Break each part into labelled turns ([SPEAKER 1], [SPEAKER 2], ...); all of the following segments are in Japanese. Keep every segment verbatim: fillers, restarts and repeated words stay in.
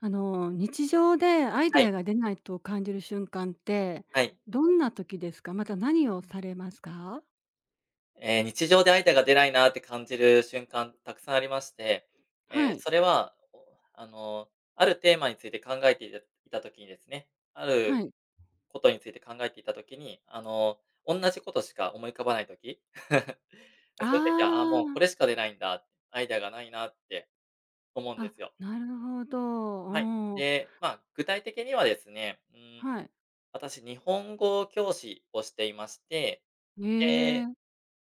[SPEAKER 1] あの、日常でアイ
[SPEAKER 2] は
[SPEAKER 1] デ
[SPEAKER 2] い、
[SPEAKER 1] アが出ないと感じる瞬間って、
[SPEAKER 2] はい。
[SPEAKER 1] どんな時ですか？また何をされますか？
[SPEAKER 2] えー日常でアイデアが出ないなって感じる瞬間たくさんありまして、えー
[SPEAKER 1] はい、
[SPEAKER 2] それは、おあの、あるテーマについて考えていたいた時にですね、あ
[SPEAKER 1] は
[SPEAKER 2] る
[SPEAKER 1] い。
[SPEAKER 2] ことについて考えていた時に、あの、同じことしか思い浮かばない時、
[SPEAKER 1] あ
[SPEAKER 2] そういう時は、あーもう
[SPEAKER 1] あ、
[SPEAKER 2] これしか出ないんだ、アイデアがないなって思うんで
[SPEAKER 1] あ、
[SPEAKER 2] すよ。
[SPEAKER 1] なるほど。
[SPEAKER 2] はい。
[SPEAKER 1] うん。
[SPEAKER 2] で、まあ、具体的にはですね、うん、
[SPEAKER 1] はい。
[SPEAKER 2] 私日本語教師をしていまして、
[SPEAKER 1] ええ、
[SPEAKER 2] で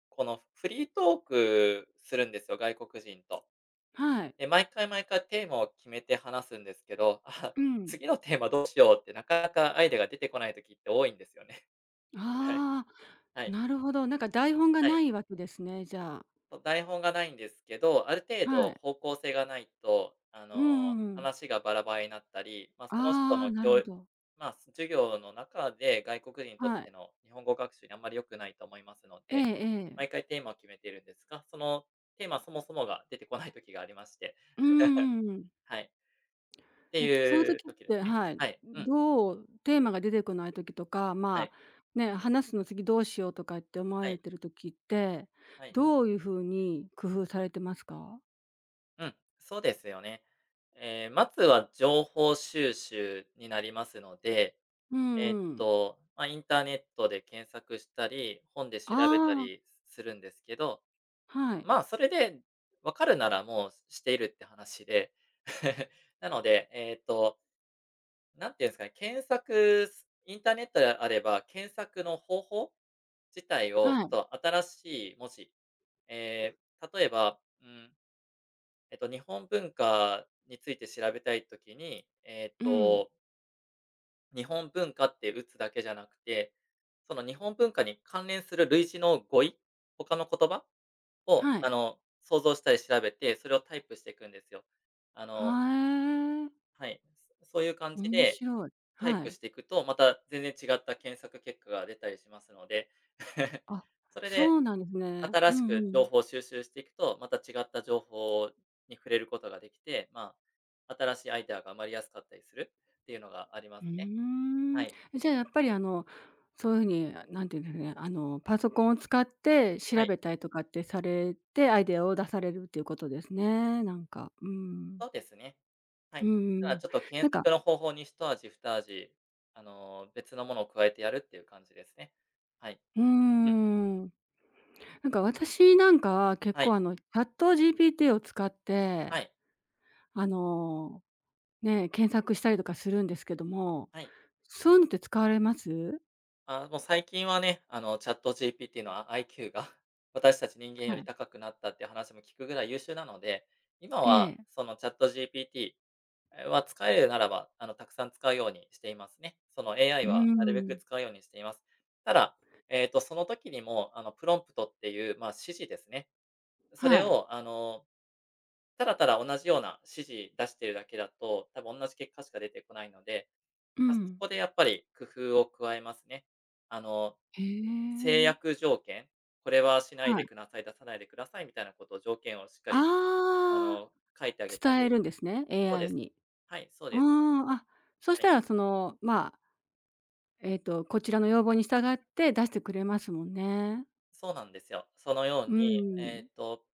[SPEAKER 2] このフリートークするんですよ、外国人と。
[SPEAKER 1] はい。
[SPEAKER 2] で、毎回毎回テーマを決めて話すんですけど、あ、
[SPEAKER 1] うん。
[SPEAKER 2] 次のテーマどうしようってなかなかアイデアが出てこない時って多いんですよね。はい。
[SPEAKER 1] ああ、
[SPEAKER 2] はい。
[SPEAKER 1] なるほど。なんか台本が
[SPEAKER 2] は
[SPEAKER 1] な
[SPEAKER 2] い。
[SPEAKER 1] いわけですね、じゃあ。
[SPEAKER 2] そう、台本がないんですけど、ある程
[SPEAKER 1] は
[SPEAKER 2] 度
[SPEAKER 1] い。
[SPEAKER 2] 方向性がないと、あ
[SPEAKER 1] うん
[SPEAKER 2] の、
[SPEAKER 1] うんうん。
[SPEAKER 2] 話がバラバラになったり、ま、その人
[SPEAKER 1] ああ、
[SPEAKER 2] の
[SPEAKER 1] な
[SPEAKER 2] き
[SPEAKER 1] るほ
[SPEAKER 2] ょう
[SPEAKER 1] ど。
[SPEAKER 2] まあ、授業の中で外国人にとっ
[SPEAKER 1] はい。
[SPEAKER 2] ての日本語学習にあんまり良くないと思いますの
[SPEAKER 1] ええ
[SPEAKER 2] で、
[SPEAKER 1] ええ。
[SPEAKER 2] 毎回テーマを決めてるんですが、そのテーマそもそもが出てこない時がありまして、
[SPEAKER 1] うんうんうん。
[SPEAKER 2] はい。って
[SPEAKER 1] え、そういう
[SPEAKER 2] い
[SPEAKER 1] 時
[SPEAKER 2] う
[SPEAKER 1] っ
[SPEAKER 2] 時で
[SPEAKER 1] て
[SPEAKER 2] すね。
[SPEAKER 1] はい、
[SPEAKER 2] はい、うん、
[SPEAKER 1] どうテーマが出てこない時とか、
[SPEAKER 2] は
[SPEAKER 1] ま
[SPEAKER 2] い、
[SPEAKER 1] あ、ね、話すの次どうしようとかって思わ
[SPEAKER 2] は
[SPEAKER 1] れ
[SPEAKER 2] い、
[SPEAKER 1] てる時って、
[SPEAKER 2] はい。
[SPEAKER 1] どういう風に工夫されてますか？
[SPEAKER 2] うん、そうですよね。ええ、まずは情報収集になりますので、
[SPEAKER 1] うん
[SPEAKER 2] えっ
[SPEAKER 1] うん。
[SPEAKER 2] と、まあ、インターネットで検索したり、本で調べた
[SPEAKER 1] あ
[SPEAKER 2] り
[SPEAKER 1] あ、
[SPEAKER 2] するんですけど、
[SPEAKER 1] はい、
[SPEAKER 2] まあ、それで分かるならもうしているって話で。なので、えっと、なんていうんですかね、検索すインターネットであれば、検索の方法自体を
[SPEAKER 1] は
[SPEAKER 2] ち
[SPEAKER 1] い、
[SPEAKER 2] ょっと新しい文字、えー例えば、うん、えっと、日本文化について調べたいときに、えっ
[SPEAKER 1] うん、
[SPEAKER 2] と日本文化って打つだけじゃなくて、その日本文化に関連する類似の語彙、他の言葉を、
[SPEAKER 1] はい。
[SPEAKER 2] あの、想像したり調べて、それをタイプしていくんですよ。あの
[SPEAKER 1] はえ、
[SPEAKER 2] はい、そういう感じ
[SPEAKER 1] 面
[SPEAKER 2] で
[SPEAKER 1] 白い。
[SPEAKER 2] タイ
[SPEAKER 1] は
[SPEAKER 2] プ
[SPEAKER 1] い。
[SPEAKER 2] していくと、また全然違った検索結果が出たりしますので、
[SPEAKER 1] あ、
[SPEAKER 2] それ
[SPEAKER 1] そ
[SPEAKER 2] で
[SPEAKER 1] うなんですね。う
[SPEAKER 2] 新し
[SPEAKER 1] んう
[SPEAKER 2] く情
[SPEAKER 1] ん。
[SPEAKER 2] 報を収集していくと、また違った情報に触れることができて、まあ、新しいアイデアが生まれやすかったりするっていうのがありま
[SPEAKER 1] うー
[SPEAKER 2] すね。は
[SPEAKER 1] ん。
[SPEAKER 2] い。
[SPEAKER 1] じゃあ、やっぱり、あの、そういうふうに、んていうんですかね、あの、パソコンを使って
[SPEAKER 2] は
[SPEAKER 1] 調
[SPEAKER 2] い。
[SPEAKER 1] べたりとかってされて、アイデアを出されるっていうことですね、なんか。うーん。
[SPEAKER 2] そうですね。は
[SPEAKER 1] うん
[SPEAKER 2] い。た
[SPEAKER 1] う
[SPEAKER 2] だ
[SPEAKER 1] ん。
[SPEAKER 2] ちょっと
[SPEAKER 1] な
[SPEAKER 2] 検
[SPEAKER 1] んか
[SPEAKER 2] 索の方法に一味二味、あの、別のものを加えてやるっていう感じですね。はい。
[SPEAKER 1] う
[SPEAKER 2] う
[SPEAKER 1] ー
[SPEAKER 2] ん。
[SPEAKER 1] ん。なんか、私なんかは結
[SPEAKER 2] はい。
[SPEAKER 1] 構、あの、ChatGPT を使っ
[SPEAKER 2] は
[SPEAKER 1] て、
[SPEAKER 2] い。
[SPEAKER 1] あの、ね、検索したりとかするんですけども、
[SPEAKER 2] はい。
[SPEAKER 1] そういうのって使われます？
[SPEAKER 2] あ、もう最近はね、あの、ChatGPT の、アイキュー が 私たち人間
[SPEAKER 1] は
[SPEAKER 2] より
[SPEAKER 1] い。
[SPEAKER 2] 高くなったっていう話も聞くぐらい優秀なので、今
[SPEAKER 1] え
[SPEAKER 2] は
[SPEAKER 1] え。
[SPEAKER 2] その ChatGPT は使えるならば、あの、たくさん使うようにしていますね。その
[SPEAKER 1] う
[SPEAKER 2] エーアイ はなるべく
[SPEAKER 1] ん。
[SPEAKER 2] 使うようにしています。ただ、えっと、その時にも、あの、プロンプトっていう、まあ、指示ですね。そ
[SPEAKER 1] は
[SPEAKER 2] れ
[SPEAKER 1] い。
[SPEAKER 2] をあの、ただただ同じような指示出してるだけだと、多分同じ結果しか出てこないので、
[SPEAKER 1] う
[SPEAKER 2] ま、そ
[SPEAKER 1] ん。
[SPEAKER 2] こでやっぱり工夫を加えますね。あの、
[SPEAKER 1] へ
[SPEAKER 2] 制
[SPEAKER 1] え。
[SPEAKER 2] 約条件、これはしない
[SPEAKER 1] は
[SPEAKER 2] で
[SPEAKER 1] い。
[SPEAKER 2] ください、出さないでくださいみたいなことを条件をしっかりあ
[SPEAKER 1] ああ、
[SPEAKER 2] の、書いてあげた
[SPEAKER 1] 伝え
[SPEAKER 2] り、
[SPEAKER 1] るんですね、
[SPEAKER 2] そうで
[SPEAKER 1] エーアイ
[SPEAKER 2] す。
[SPEAKER 1] に。
[SPEAKER 2] はい、そう
[SPEAKER 1] うー
[SPEAKER 2] です。
[SPEAKER 1] ん、あ、そ
[SPEAKER 2] は
[SPEAKER 1] した
[SPEAKER 2] い。
[SPEAKER 1] らその、まあ、えっと、こちらの要望に従って出してくれますもんね。
[SPEAKER 2] そうなんですよ。そのよ
[SPEAKER 1] う
[SPEAKER 2] うに、え
[SPEAKER 1] ん。
[SPEAKER 2] っと、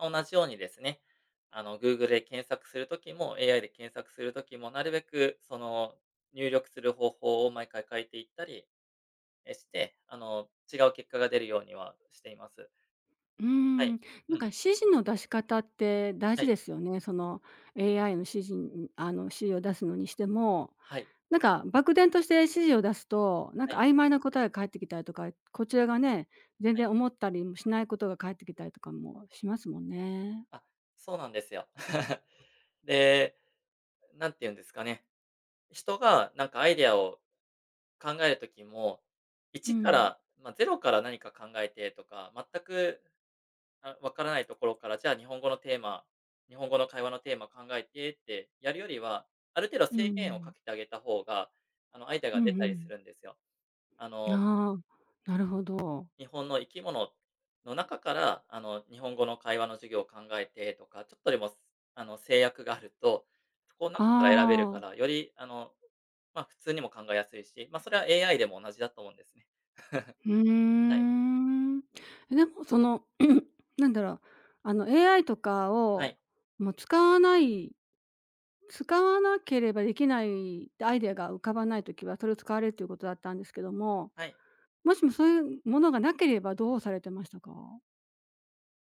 [SPEAKER 2] 同じようにですね、あの、グーグル で検索する時も エーアイ で検索する時も、なるべくその、入力する方法を毎回変えていったり、え、して、あの、違う結果が出るようにはしています。
[SPEAKER 1] う
[SPEAKER 2] は
[SPEAKER 1] ん、な
[SPEAKER 2] い。う
[SPEAKER 1] んか
[SPEAKER 2] ん。
[SPEAKER 1] 指示の出し方って大
[SPEAKER 2] は
[SPEAKER 1] 事
[SPEAKER 2] い。
[SPEAKER 1] ですよね。その エーアイ の指示にあの、指示を出すのにしても、
[SPEAKER 2] はい。
[SPEAKER 1] なんか漠然として指示を出すと、なん
[SPEAKER 2] は
[SPEAKER 1] か
[SPEAKER 2] い。
[SPEAKER 1] 曖昧な答えが返ってきたりとか、こちらがね、全
[SPEAKER 2] は
[SPEAKER 1] 然
[SPEAKER 2] い。
[SPEAKER 1] 思ったりもしないことが返ってきたりとかもしますもんね。
[SPEAKER 2] あ、そうなんですよ。で、なんて言うんですかね、人がなんかアイデアを考える時も、
[SPEAKER 1] う
[SPEAKER 2] 一か
[SPEAKER 1] ん。
[SPEAKER 2] ら、まあ、ゼロから何か考えてとか、全くあ、わからないところから、じゃあ日本語のテーマ日本語の会話のテーマ考えてってやるよりは、ある程度
[SPEAKER 1] う
[SPEAKER 2] 制限を
[SPEAKER 1] ん。
[SPEAKER 2] かけてあげた方が、あの、アイデア
[SPEAKER 1] うん
[SPEAKER 2] が出
[SPEAKER 1] う
[SPEAKER 2] たりす
[SPEAKER 1] ん。
[SPEAKER 2] るんですよ。あの、
[SPEAKER 1] ああ、なるほど。
[SPEAKER 2] 日本の生き物の中から、あの、日本語の会話の授業を考えてとか、ちょっとでも、あの、制約があると、そこの
[SPEAKER 1] あ
[SPEAKER 2] 中から選べる
[SPEAKER 1] あ、
[SPEAKER 2] か
[SPEAKER 1] う
[SPEAKER 2] ら、より、あの、まあ、普通にも考えやすいし、まあ、それは エーアイ でも同じだと思うんですね。
[SPEAKER 1] ー
[SPEAKER 2] はい。
[SPEAKER 1] ん。でもその、なんだろう、あの エーアイ とか
[SPEAKER 2] は
[SPEAKER 1] を、
[SPEAKER 2] い。
[SPEAKER 1] もう使わない使わなければできないアイデアが浮かばないときは、それを使われるということだったんですけども、
[SPEAKER 2] はい。
[SPEAKER 1] もしもそういうものがなければどうされてましたか？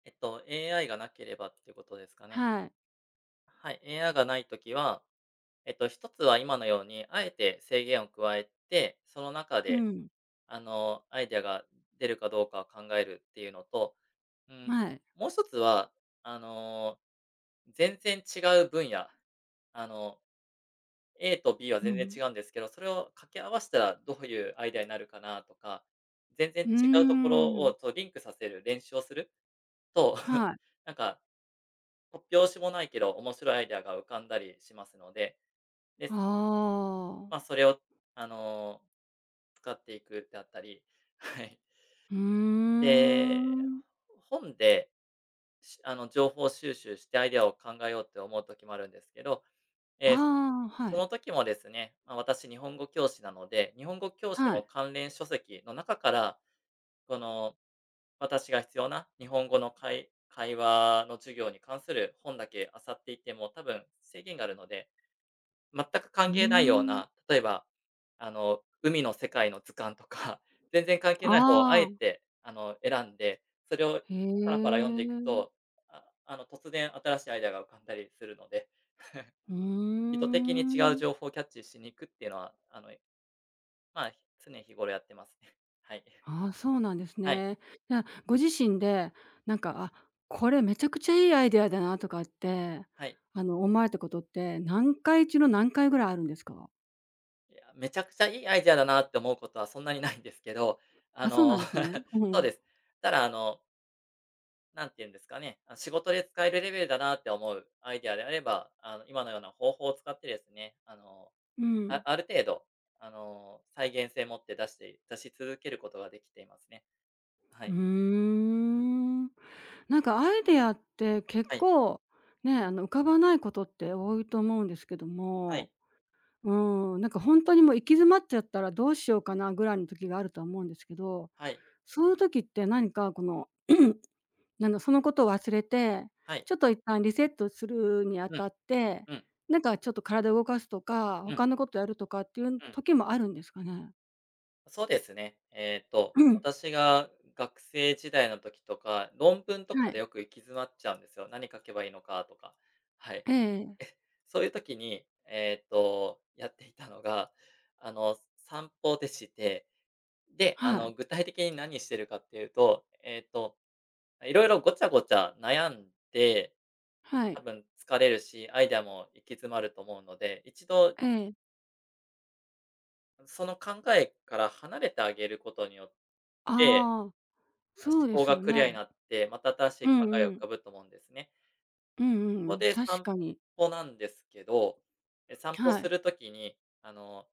[SPEAKER 2] えっと、エーアイ がなければっていうことですかね。
[SPEAKER 1] はい。
[SPEAKER 2] はい、エーアイ がないときはえっと、一つは今のように、あえて制限を加えて、その中
[SPEAKER 1] う
[SPEAKER 2] で、
[SPEAKER 1] ん。
[SPEAKER 2] あの、アイデアが出るかどうかを考えるっていうのと、うん、
[SPEAKER 1] はい。
[SPEAKER 2] もう一つは、あの、全然違う分野、あの、エー と ビー は
[SPEAKER 1] う
[SPEAKER 2] 全然
[SPEAKER 1] ん。
[SPEAKER 2] 違うんですけど、それを掛け合わせたらどういうアイデアになるかなとか、全然
[SPEAKER 1] うー
[SPEAKER 2] 違うところ
[SPEAKER 1] ん。
[SPEAKER 2] をとリンクさせる練習をすると、
[SPEAKER 1] は い。
[SPEAKER 2] なんか、突拍子もないけど、面白いアイデアが浮かんだりしますので、
[SPEAKER 1] あ
[SPEAKER 2] で、
[SPEAKER 1] あ。
[SPEAKER 2] まあ、それを、あの使っていくであったり、はい。
[SPEAKER 1] うー
[SPEAKER 2] で、
[SPEAKER 1] ん。
[SPEAKER 2] 本で、しあの、情報収集してアイデアを考えようって思う時もあるんですけど、
[SPEAKER 1] あ
[SPEAKER 2] えー
[SPEAKER 1] あ、は
[SPEAKER 2] そ
[SPEAKER 1] い。
[SPEAKER 2] の時もですね、まあ、私日本語教師なので、日本語教師
[SPEAKER 1] は
[SPEAKER 2] の
[SPEAKER 1] い。
[SPEAKER 2] 関連書籍の中から、この、私が必要な日本語の会会話の授業に関する本だけ漁っていっても、多分制限があるので全く
[SPEAKER 1] うー
[SPEAKER 2] 関係ないよう
[SPEAKER 1] ん。
[SPEAKER 2] な、例えば、あの、海の世界の図鑑とか、全然関係ない方をあ
[SPEAKER 1] あ
[SPEAKER 2] え
[SPEAKER 1] あ、
[SPEAKER 2] て、あの、選んで、それを
[SPEAKER 1] へ
[SPEAKER 2] パラパラ
[SPEAKER 1] え。
[SPEAKER 2] 読んでいくと、ああの、突然新しいアイデアが浮かんだりするので、
[SPEAKER 1] うー
[SPEAKER 2] 意図的に違う
[SPEAKER 1] ん。
[SPEAKER 2] 情報をキャッチしに行くっていうのは、あの、まあ、常日頃やってますね。はい。
[SPEAKER 1] ああ、そうなんです
[SPEAKER 2] はい。
[SPEAKER 1] ね。じゃあ、ご自身で、なんか、あ、これめちゃくちゃいいアイデアだなとかって、
[SPEAKER 2] はい。
[SPEAKER 1] あの、思われたことって、何回中の何回ぐらいあるんですか？
[SPEAKER 2] いや、めちゃくちゃいいアイデアだなって思うことはそんなにないんですけど、あ
[SPEAKER 1] あ、そうな
[SPEAKER 2] の、
[SPEAKER 1] んですね。う
[SPEAKER 2] そう
[SPEAKER 1] ん。
[SPEAKER 2] です。ただあのなんて言うんですかね、あ、仕事で使えるレベルだなって思うアイデアであれば、あの、今のような方法を使ってですね、あの、
[SPEAKER 1] う
[SPEAKER 2] あ
[SPEAKER 1] ん。
[SPEAKER 2] ある程度、あの、再現性持って出して出し続けることができていますね。は
[SPEAKER 1] うー
[SPEAKER 2] い。
[SPEAKER 1] ん。なんかアイデアって結
[SPEAKER 2] はい。
[SPEAKER 1] 構、ね、あの、浮かばないことって多いと思うんですけど
[SPEAKER 2] は
[SPEAKER 1] も
[SPEAKER 2] い。
[SPEAKER 1] うん、なんか本当にもう行き詰まっちゃったらどうしようかなぐらいの時があるとは思うんですけど、
[SPEAKER 2] はい。
[SPEAKER 1] そういう時って何かこの なんだ、そのことを忘れて、
[SPEAKER 2] はい。
[SPEAKER 1] ちょっと一旦リセットするにあ
[SPEAKER 2] う
[SPEAKER 1] た
[SPEAKER 2] ん。
[SPEAKER 1] って、
[SPEAKER 2] うん。
[SPEAKER 1] なんかちょっと体を動かすとか、
[SPEAKER 2] うん。
[SPEAKER 1] 他のことやるとかっていう
[SPEAKER 2] うん。
[SPEAKER 1] 時もあるんですかね？
[SPEAKER 2] そうですね。えっと、
[SPEAKER 1] うん
[SPEAKER 2] 私が学生時代の時とか、論文 と
[SPEAKER 1] は
[SPEAKER 2] か
[SPEAKER 1] い。
[SPEAKER 2] でよく行き詰まっちゃうんですよ。何書けばいいのかとか。はい。
[SPEAKER 1] ええ
[SPEAKER 2] そういう時に、えっと、やっていたのが、あの、散歩でして、で、あ
[SPEAKER 1] はい。
[SPEAKER 2] の、具体的に何してるかっていうと、えっと、いろいろごちゃごちゃ悩んで、
[SPEAKER 1] は
[SPEAKER 2] 多
[SPEAKER 1] い。
[SPEAKER 2] 分疲れるし、アイデアも行き詰まると思うので、一度
[SPEAKER 1] ええ。
[SPEAKER 2] その考えから離れてあげることによって、
[SPEAKER 1] ああー、
[SPEAKER 2] あ、
[SPEAKER 1] そうで
[SPEAKER 2] 思考
[SPEAKER 1] す
[SPEAKER 2] が
[SPEAKER 1] よ
[SPEAKER 2] クリ
[SPEAKER 1] ね。
[SPEAKER 2] アになって、また新しい
[SPEAKER 1] う
[SPEAKER 2] 考え
[SPEAKER 1] ん
[SPEAKER 2] が
[SPEAKER 1] う
[SPEAKER 2] 浮
[SPEAKER 1] ん。
[SPEAKER 2] かぶと思うんですね。
[SPEAKER 1] うんう
[SPEAKER 2] ここ
[SPEAKER 1] ん。
[SPEAKER 2] で
[SPEAKER 1] 確
[SPEAKER 2] 散
[SPEAKER 1] かに。
[SPEAKER 2] 歩なんですけど、え、散歩
[SPEAKER 1] は
[SPEAKER 2] す
[SPEAKER 1] い。
[SPEAKER 2] る時に、あの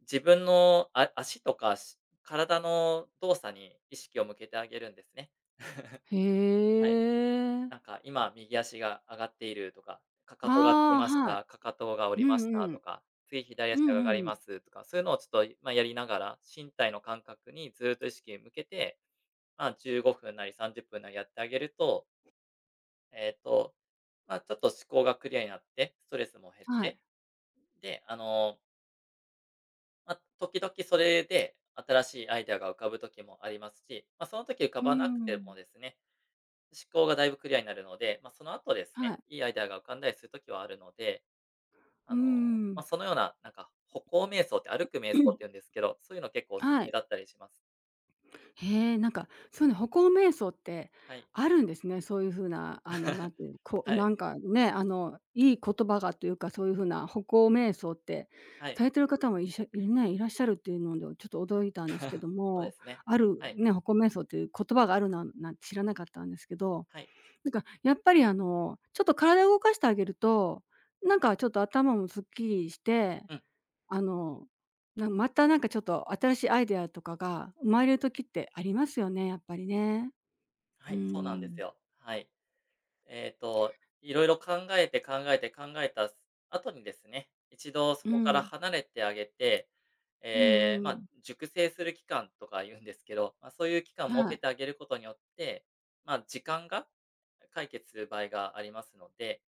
[SPEAKER 2] 自分のあ足とか、し体の動作に意識を向けてあげるんですね。
[SPEAKER 1] へ
[SPEAKER 2] はい。
[SPEAKER 1] え。
[SPEAKER 2] なんか今右足が上がっているとか、かかとがつき
[SPEAKER 1] ああ、
[SPEAKER 2] まし
[SPEAKER 1] は
[SPEAKER 2] た、かかとが下
[SPEAKER 1] い。う
[SPEAKER 2] りまし
[SPEAKER 1] ん
[SPEAKER 2] た
[SPEAKER 1] う
[SPEAKER 2] と
[SPEAKER 1] ん。
[SPEAKER 2] か、次左
[SPEAKER 1] う
[SPEAKER 2] 足
[SPEAKER 1] ん
[SPEAKER 2] が上が
[SPEAKER 1] うん
[SPEAKER 2] り
[SPEAKER 1] う
[SPEAKER 2] ま
[SPEAKER 1] ん。
[SPEAKER 2] すとか、そういうのをちょっと、まあ、やりながら、身体の感覚にずっと意識向けて、まあ、じゅうごふんなりさんじゅっぷんなりやってあげると、えっと、まあ、ちょっと思考がクリアになって、ストレスも減っ
[SPEAKER 1] は
[SPEAKER 2] て、
[SPEAKER 1] い。
[SPEAKER 2] で、あのまあ、時々それで新しいアイデアが浮かぶ時もありますし、まあ、その時浮か
[SPEAKER 1] うー
[SPEAKER 2] ばなくて
[SPEAKER 1] ん。
[SPEAKER 2] もですね、思考がだいぶクリアになるので、まあ、その後です
[SPEAKER 1] は
[SPEAKER 2] ね、
[SPEAKER 1] い。
[SPEAKER 2] いいアイデアが浮かんだりする時はあるので、あ
[SPEAKER 1] うー
[SPEAKER 2] の、まあ、
[SPEAKER 1] ん。
[SPEAKER 2] そのような、なんか歩行瞑想って歩く瞑想って言うんで すけど、そういうの結構おすす
[SPEAKER 1] は
[SPEAKER 2] め
[SPEAKER 1] い。
[SPEAKER 2] だったりします。
[SPEAKER 1] へえ、なんか、そういうの歩行瞑想って
[SPEAKER 2] はい。
[SPEAKER 1] あるんですね。そういう風な、あの、なんていう、こう、
[SPEAKER 2] は
[SPEAKER 1] な
[SPEAKER 2] い。
[SPEAKER 1] んかね、あの、いい言葉がというか、そういう風な歩行瞑想って
[SPEAKER 2] はい。
[SPEAKER 1] されてる方もいしゃいね、いらっしゃるっていうので、ちょっと驚いたんですけど
[SPEAKER 2] そうで
[SPEAKER 1] も、
[SPEAKER 2] すね。
[SPEAKER 1] ある
[SPEAKER 2] はい。
[SPEAKER 1] ね、歩行瞑想っていう言葉があるなんなんて知らなかったんですけど
[SPEAKER 2] はい。
[SPEAKER 1] なんか、やっぱりあの、ちょっと体を動かしてあげると、なんかちょっと頭もすっきりして、
[SPEAKER 2] うん。
[SPEAKER 1] あの、なまたなんかちょっと新しいアイデアとかが生まれる時ってありますよね、やっぱりね。う
[SPEAKER 2] は
[SPEAKER 1] ー
[SPEAKER 2] い、そうなんです
[SPEAKER 1] ん。
[SPEAKER 2] よ。はい。えっと、いろいろ考えて考えて考えた後にですね、一度そ
[SPEAKER 1] う
[SPEAKER 2] こから
[SPEAKER 1] ん。
[SPEAKER 2] 離れてあげて、
[SPEAKER 1] う
[SPEAKER 2] ええ、
[SPEAKER 1] ん
[SPEAKER 2] ま
[SPEAKER 1] う
[SPEAKER 2] あ、
[SPEAKER 1] ん。
[SPEAKER 2] 熟成する期間とか言うんですけど、まあ、そういう期間を設
[SPEAKER 1] は
[SPEAKER 2] け
[SPEAKER 1] い。
[SPEAKER 2] てあげることによって、まあ、時間が解決する場合がありますので、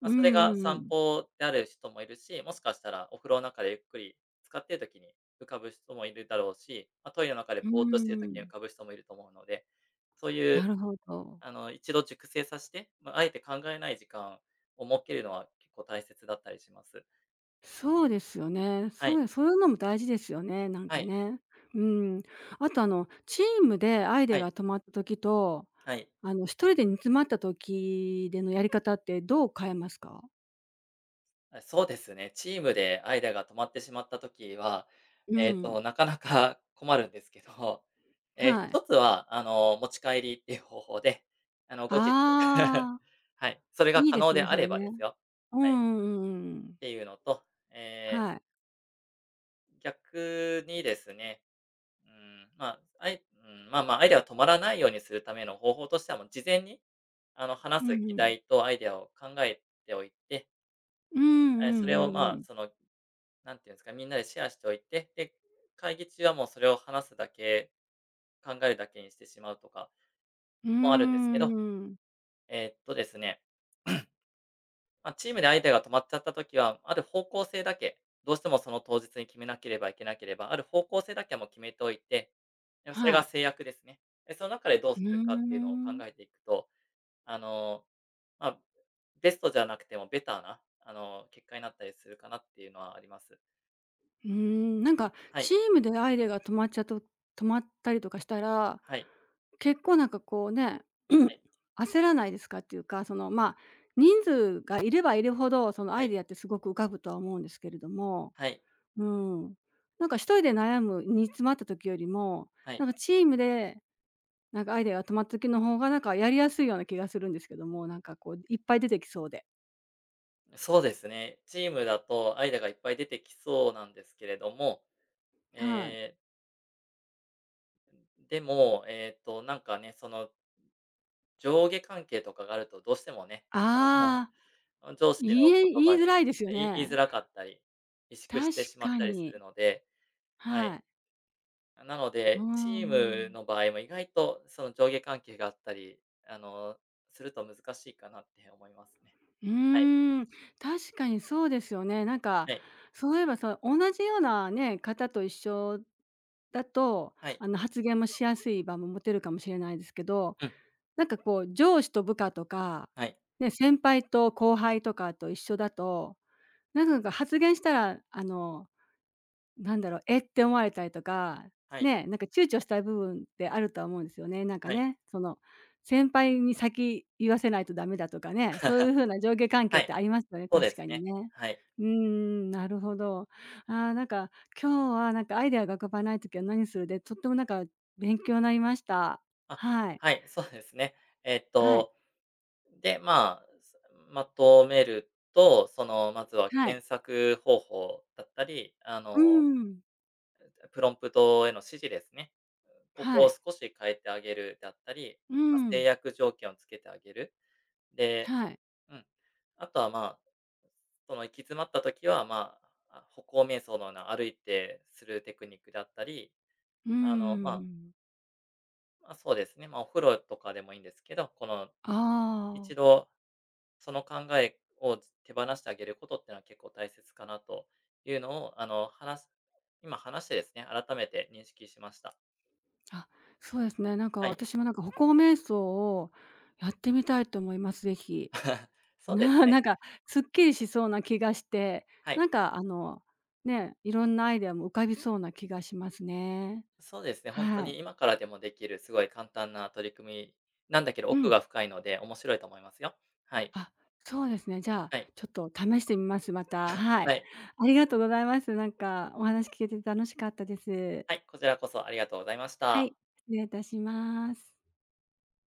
[SPEAKER 2] まあ、
[SPEAKER 1] うん
[SPEAKER 2] それ
[SPEAKER 1] う
[SPEAKER 2] が
[SPEAKER 1] んう
[SPEAKER 2] 散
[SPEAKER 1] ん。
[SPEAKER 2] 歩である人もいるし、もしかしたらお風呂の中でゆっくり浸かっている時に浮かぶ人もいるだろうし、まあ、トイレの中で
[SPEAKER 1] うー
[SPEAKER 2] ぼーっとしている時に浮
[SPEAKER 1] ん。
[SPEAKER 2] かぶ人もいると思うので、そうい
[SPEAKER 1] な
[SPEAKER 2] う
[SPEAKER 1] るほど。
[SPEAKER 2] あの、一度熟成させて、まあ、あえて考えない時間を設けるのは結構大切だったりします。
[SPEAKER 1] そうですよね。
[SPEAKER 2] はい。
[SPEAKER 1] そうそういうのも大事ですよね、なん
[SPEAKER 2] は
[SPEAKER 1] か
[SPEAKER 2] い。
[SPEAKER 1] ね。うん。あとあの、チームでアイデア
[SPEAKER 2] はい。
[SPEAKER 1] が止まった時と、
[SPEAKER 2] はい。
[SPEAKER 1] あの、一人で煮詰まった時でのやり方ってどう変えますか？
[SPEAKER 2] あ、そうですね。チームでアイデアが止まってしまった時は、
[SPEAKER 1] う
[SPEAKER 2] えっ
[SPEAKER 1] ん。
[SPEAKER 2] と、なかなか困るんですけど、えー
[SPEAKER 1] はい。
[SPEAKER 2] 一つは、あの、持ち帰りっていう方法で、あの、後日
[SPEAKER 1] ああ、
[SPEAKER 2] はい、それが
[SPEAKER 1] いい
[SPEAKER 2] 可
[SPEAKER 1] で
[SPEAKER 2] 能
[SPEAKER 1] す
[SPEAKER 2] で
[SPEAKER 1] ね、
[SPEAKER 2] あ
[SPEAKER 1] それ
[SPEAKER 2] ればです
[SPEAKER 1] ね。
[SPEAKER 2] よ。
[SPEAKER 1] う
[SPEAKER 2] はい、っ
[SPEAKER 1] んうんうんうんうん。
[SPEAKER 2] ていうのと、え
[SPEAKER 1] はい。
[SPEAKER 2] ー逆にですねうん、まあ、あいうん、まあまあ、アイデアは止まらないようにするための方法としては、もう事前に、あの、
[SPEAKER 1] う
[SPEAKER 2] 話
[SPEAKER 1] ん
[SPEAKER 2] す議
[SPEAKER 1] うん。
[SPEAKER 2] 題とアイデアを考えておいて、
[SPEAKER 1] うんうんうん
[SPEAKER 2] え、それを、
[SPEAKER 1] う
[SPEAKER 2] まあ、
[SPEAKER 1] ん。
[SPEAKER 2] その、なんていうんですか、みんなでシェアしておいて、で、会議中はもうそれを話すだけ、考えるだけにしてしまうとか
[SPEAKER 1] うー
[SPEAKER 2] もあるんですけど、
[SPEAKER 1] ん。
[SPEAKER 2] えーっとですねまあ、チームでアイデアが止まっちゃったときは、ある方向性だけ、どうしてもその当日に決めなければいけなければ、ある方向性だけはもう決めておいて、でそれ
[SPEAKER 1] は
[SPEAKER 2] が
[SPEAKER 1] い。
[SPEAKER 2] 制約ですね。で、その中でどう
[SPEAKER 1] う
[SPEAKER 2] す
[SPEAKER 1] ー
[SPEAKER 2] るかっていうのを考
[SPEAKER 1] ん。
[SPEAKER 2] えていくと、あの、まあ、ベストじゃなくてもベターな、あの、結果になったりするかなっていうのはあります。
[SPEAKER 1] うーん、なんか
[SPEAKER 2] は
[SPEAKER 1] チ
[SPEAKER 2] い、
[SPEAKER 1] ームでアイデアが止まっちゃと止まったりとかしたら、
[SPEAKER 2] はい、
[SPEAKER 1] 結構なんかこうね、
[SPEAKER 2] はい、
[SPEAKER 1] 焦らないですかっていうか、その、まあ、人数がいればいるほど、そのア
[SPEAKER 2] は
[SPEAKER 1] イ
[SPEAKER 2] い、
[SPEAKER 1] デアってすごく浮かぶとは思うんですけれども、
[SPEAKER 2] はい、
[SPEAKER 1] うん。なんか一人で悩む煮詰まった時よりも、
[SPEAKER 2] はい。
[SPEAKER 1] なんかチームで、なんかアイデアが止まった時の方がなんかやりやすいような気がするんですけども、なんかこういっぱい出てきそうで。
[SPEAKER 2] そうですね。チームだとアイデアがいっぱい出てきそうなんですけれども、
[SPEAKER 1] はい。
[SPEAKER 2] ええ、でも、えっと、なんかね、その上下関係とかがあるとどうしてもね、あの、
[SPEAKER 1] ああ、
[SPEAKER 2] その、上司
[SPEAKER 1] 言
[SPEAKER 2] の
[SPEAKER 1] え
[SPEAKER 2] 言
[SPEAKER 1] 言
[SPEAKER 2] 葉
[SPEAKER 1] い
[SPEAKER 2] に、
[SPEAKER 1] づらいですよ
[SPEAKER 2] い言いづ
[SPEAKER 1] ね。
[SPEAKER 2] らかったり、萎縮して
[SPEAKER 1] 確
[SPEAKER 2] しまっ
[SPEAKER 1] か
[SPEAKER 2] たりす
[SPEAKER 1] に。
[SPEAKER 2] るので、は
[SPEAKER 1] は
[SPEAKER 2] い。
[SPEAKER 1] い。
[SPEAKER 2] なの
[SPEAKER 1] う
[SPEAKER 2] で、チー
[SPEAKER 1] んう
[SPEAKER 2] ム
[SPEAKER 1] ん。
[SPEAKER 2] の場合も意外とその上下関係があったり、あの、すると難しいかなって思いますね。
[SPEAKER 1] う
[SPEAKER 2] はい、
[SPEAKER 1] ーん、確かにそうですよね。なんか、
[SPEAKER 2] はい、
[SPEAKER 1] そういえば、そう同じようなね、方と一緒だと、
[SPEAKER 2] はい、
[SPEAKER 1] あの、発言もしやすい場も持てるかもしれないですけど、
[SPEAKER 2] うん、
[SPEAKER 1] なんかこう、上司と部下とか、
[SPEAKER 2] はい、
[SPEAKER 1] ね、先輩と後輩とかと一緒だと、なんか発言したら、あのなんだろう、えって思われたりとか、
[SPEAKER 2] はい、
[SPEAKER 1] ね、なんか躊躇したい部分ってあるとは思うんですよね。なんか
[SPEAKER 2] はい、
[SPEAKER 1] ね、その先輩に先言わせないとダメだとかね、そうい う風な上下関
[SPEAKER 2] は
[SPEAKER 1] 係っ
[SPEAKER 2] い、
[SPEAKER 1] てありますよね、
[SPEAKER 2] そうで
[SPEAKER 1] 確
[SPEAKER 2] す
[SPEAKER 1] かに
[SPEAKER 2] ね。
[SPEAKER 1] ね。
[SPEAKER 2] はい。
[SPEAKER 1] うーん、なるほど。ああ、なんか今日はなんかアイデアが浮かばない時は何するで、とってもなんか勉強になりました。
[SPEAKER 2] あ、
[SPEAKER 1] はい。
[SPEAKER 2] はい、そうですね。えっ
[SPEAKER 1] はい。
[SPEAKER 2] とで、まあ、すまとめると、その、まずは
[SPEAKER 1] はい。
[SPEAKER 2] 検索方法だったり、あ
[SPEAKER 1] う
[SPEAKER 2] の、
[SPEAKER 1] ーん。
[SPEAKER 2] プロンプトへの指示ですね。こ
[SPEAKER 1] は
[SPEAKER 2] こを
[SPEAKER 1] い。
[SPEAKER 2] 少し変えてあげるだったり、
[SPEAKER 1] うー
[SPEAKER 2] ま、制
[SPEAKER 1] ん。
[SPEAKER 2] 約条件をつけてあげる。で
[SPEAKER 1] はい。
[SPEAKER 2] うん。あとは、まあ、その行き詰まった時は、まあ、あ、歩行瞑想のような歩いてするテクニックだったり、
[SPEAKER 1] うー
[SPEAKER 2] あの、まあ、
[SPEAKER 1] ん。
[SPEAKER 2] ま、そうですね、ま、お風呂とかでもいいんですけど、この
[SPEAKER 1] あ
[SPEAKER 2] 一
[SPEAKER 1] あ。
[SPEAKER 2] 度その考えを手放してあげることってのは結構大切かなというのを、あの、話す今話してですね、改めて認識しました。
[SPEAKER 1] あ、そうですね。なんか
[SPEAKER 2] はい。
[SPEAKER 1] 私もなんか歩行瞑想をやってみたいと思います、ぜひ。
[SPEAKER 2] そうです
[SPEAKER 1] な
[SPEAKER 2] ね。
[SPEAKER 1] なんかすっきりしそうな気がして、
[SPEAKER 2] はい。
[SPEAKER 1] なんかあの、ね、いろんなアイデアも浮かびそうな気がしますね。
[SPEAKER 2] そうですね、本当
[SPEAKER 1] はい。
[SPEAKER 2] に今からでもできるすごい簡単な取り組みなんだけど、
[SPEAKER 1] う
[SPEAKER 2] 奥
[SPEAKER 1] ん。
[SPEAKER 2] が深いので面白いと思いますよ。はい。
[SPEAKER 1] あ、そうですね。じゃあ、
[SPEAKER 2] はい。
[SPEAKER 1] ちょっと試してみます、また。は
[SPEAKER 2] は
[SPEAKER 1] い。
[SPEAKER 2] い。
[SPEAKER 1] ありがとうございます。なんかお話聞けて楽しかったです。
[SPEAKER 2] はい、こちらこそありがとうございまし
[SPEAKER 1] はい、
[SPEAKER 2] た。
[SPEAKER 1] 失礼いたします。